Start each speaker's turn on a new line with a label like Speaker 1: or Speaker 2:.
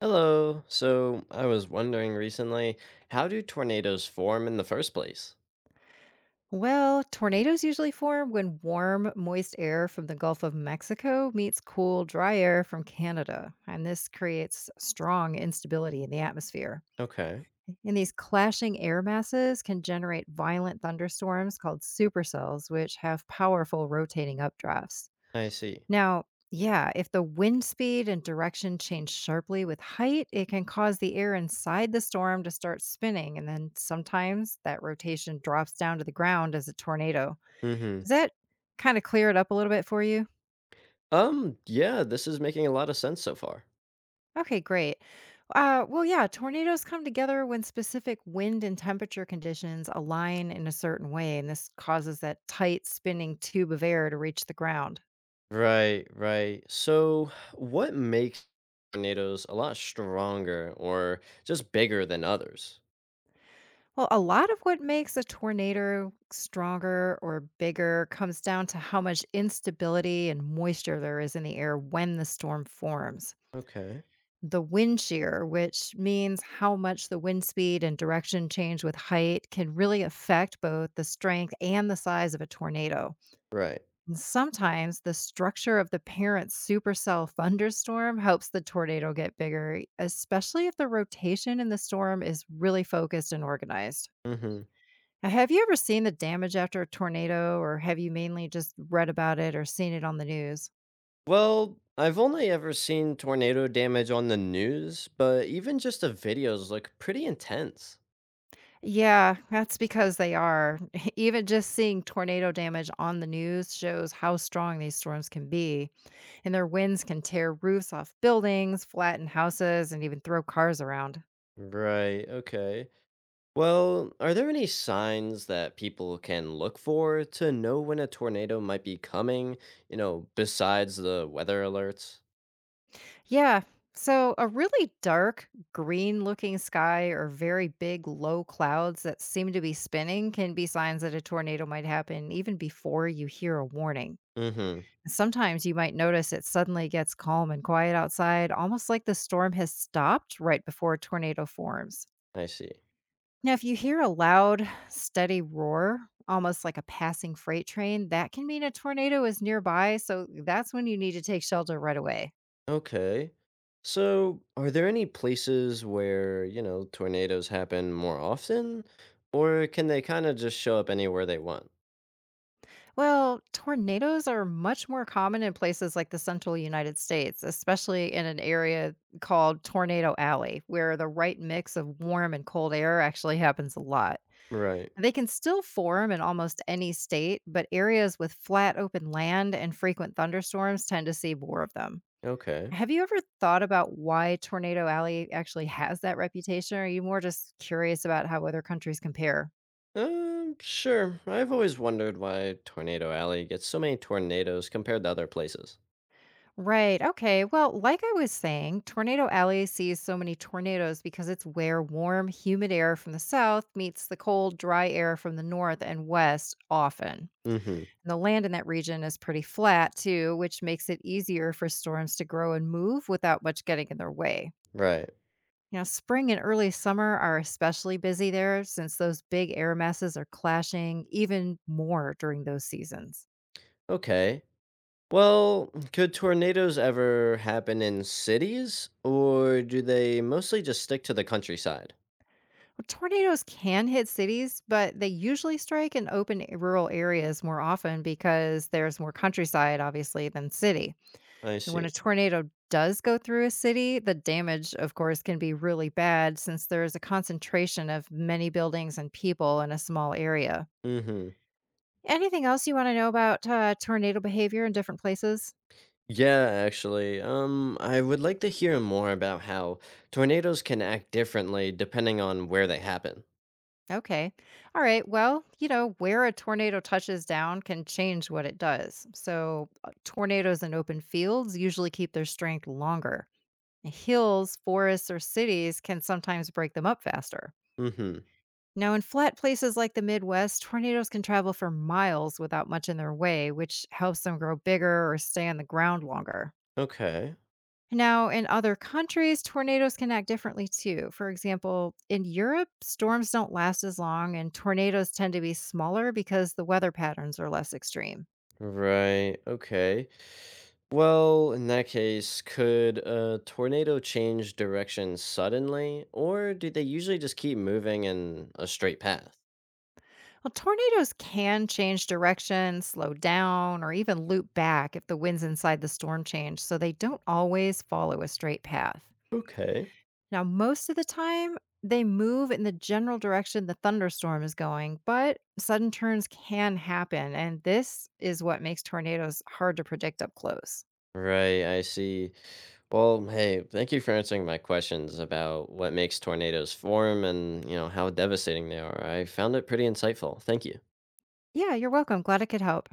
Speaker 1: Hello. So I was wondering recently, how do tornadoes form in the first place?
Speaker 2: Well, tornadoes usually form when warm, moist air from the Gulf of Mexico meets cool, dry air from Canada, and this creates strong instability in the atmosphere.
Speaker 1: Okay.
Speaker 2: And these clashing air masses can generate violent thunderstorms called supercells, which have powerful rotating updrafts.
Speaker 1: I see.
Speaker 2: Now, yeah, if the wind speed and direction change sharply with height, it can cause the air inside the storm to start spinning. And then sometimes that rotation drops down to the ground as a tornado.
Speaker 1: Mm-hmm.
Speaker 2: Does that kinda clear it up a little bit for you?
Speaker 1: Yeah, this is making a lot of sense so far.
Speaker 2: Okay, great. Yeah, tornadoes come together when specific wind and temperature conditions align in a certain way, and this causes that tight spinning tube of air to reach the ground.
Speaker 1: Right, right. So what makes tornadoes a lot stronger or just bigger than others?
Speaker 2: Well, a lot of what makes a tornado stronger or bigger comes down to how much instability and moisture there is in the air when the storm forms.
Speaker 1: Okay.
Speaker 2: The wind shear, which means how much the wind speed and direction change with height, can really affect both the strength and the size of a tornado.
Speaker 1: Right.
Speaker 2: And sometimes the structure of the parent supercell thunderstorm helps the tornado get bigger, especially if the rotation in the storm is really focused and organized.
Speaker 1: Mm-hmm.
Speaker 2: Now, have you ever seen the damage after a tornado, or have you mainly just read about it or seen it on the news?
Speaker 1: Well, I've only ever seen tornado damage on the news, but even just the videos look pretty intense.
Speaker 2: Yeah, that's because they are. Even just seeing tornado damage on the news shows how strong these storms can be, and their winds can tear roofs off buildings, flatten houses, and even throw cars around.
Speaker 1: Right, okay. Well, are there any signs that people can look for to know when a tornado might be coming, you know, besides the weather alerts?
Speaker 2: Yeah, so a really dark, green looking sky or very big, low clouds that seem to be spinning can be signs that a tornado might happen even before you hear a warning.
Speaker 1: Mm-hmm.
Speaker 2: Sometimes you might notice it suddenly gets calm and quiet outside, almost like the storm has stopped right before a tornado forms.
Speaker 1: I see.
Speaker 2: Now, if you hear a loud, steady roar, almost like a passing freight train, that can mean a tornado is nearby, so that's when you need to take shelter right away.
Speaker 1: Okay. So, are there any places where, you know, tornadoes happen more often? Or can they kind of just show up anywhere they want?
Speaker 2: Well, tornadoes are much more common in places like the central United States, especially in an area called Tornado Alley, where the right mix of warm and cold air actually happens a lot.
Speaker 1: Right.
Speaker 2: They can still form in almost any state, but areas with flat open land and frequent thunderstorms tend to see more of them.
Speaker 1: Okay.
Speaker 2: Have you ever thought about why Tornado Alley actually has that reputation? Or are you more just curious about how other countries compare?
Speaker 1: Sure. I've always wondered why Tornado Alley gets so many tornadoes compared to other places.
Speaker 2: Right. Okay. Well, like I was saying, Tornado Alley sees so many tornadoes because it's where warm, humid air from the south meets the cold, dry air from the north and west often.
Speaker 1: Mm-hmm.
Speaker 2: And the land in that region is pretty flat too, which makes it easier for storms to grow and move without much getting in their way.
Speaker 1: Right.
Speaker 2: Now, spring and early summer are especially busy there since those big air masses are clashing even more during those seasons.
Speaker 1: Okay. Well, could tornadoes ever happen in cities, or do they mostly just stick to the countryside?
Speaker 2: Well, tornadoes can hit cities, but they usually strike in open rural areas more often because there's more countryside, obviously, than city.
Speaker 1: I
Speaker 2: And when
Speaker 1: see.
Speaker 2: a tornado does go through a city, the damage, of course, can be really bad since there is a concentration of many buildings and people in a small area.
Speaker 1: Mm-hmm.
Speaker 2: Anything else you want to know about tornado behavior in different places?
Speaker 1: Yeah, actually. I would like to hear more about how tornadoes can act differently depending on where they happen.
Speaker 2: Okay. All right. Well, you know, where a tornado touches down can change what it does. So, tornadoes in open fields usually keep their strength longer. Hills, forests, or cities can sometimes break them up faster.
Speaker 1: Mm-hmm.
Speaker 2: Now, in flat places like the Midwest, tornadoes can travel for miles without much in their way, which helps them grow bigger or stay on the ground longer.
Speaker 1: Okay.
Speaker 2: Now, in other countries, tornadoes can act differently too. For example, in Europe, storms don't last as long and tornadoes tend to be smaller because the weather patterns are less extreme.
Speaker 1: Right. Okay. Well, in that case, could a tornado change direction suddenly, or do they usually just keep moving in a straight path?
Speaker 2: Well, tornadoes can change direction, slow down, or even loop back if the winds inside the storm change, so they don't always follow a straight path.
Speaker 1: Okay.
Speaker 2: Now, most of the time, they move in the general direction the thunderstorm is going, but sudden turns can happen. And this is what makes tornadoes hard to predict up close.
Speaker 1: Right, I see. Well, hey, thank you for answering my questions about what makes tornadoes form and, you know, how devastating they are. I found it pretty insightful. Thank you.
Speaker 2: Yeah, you're welcome. Glad I could help.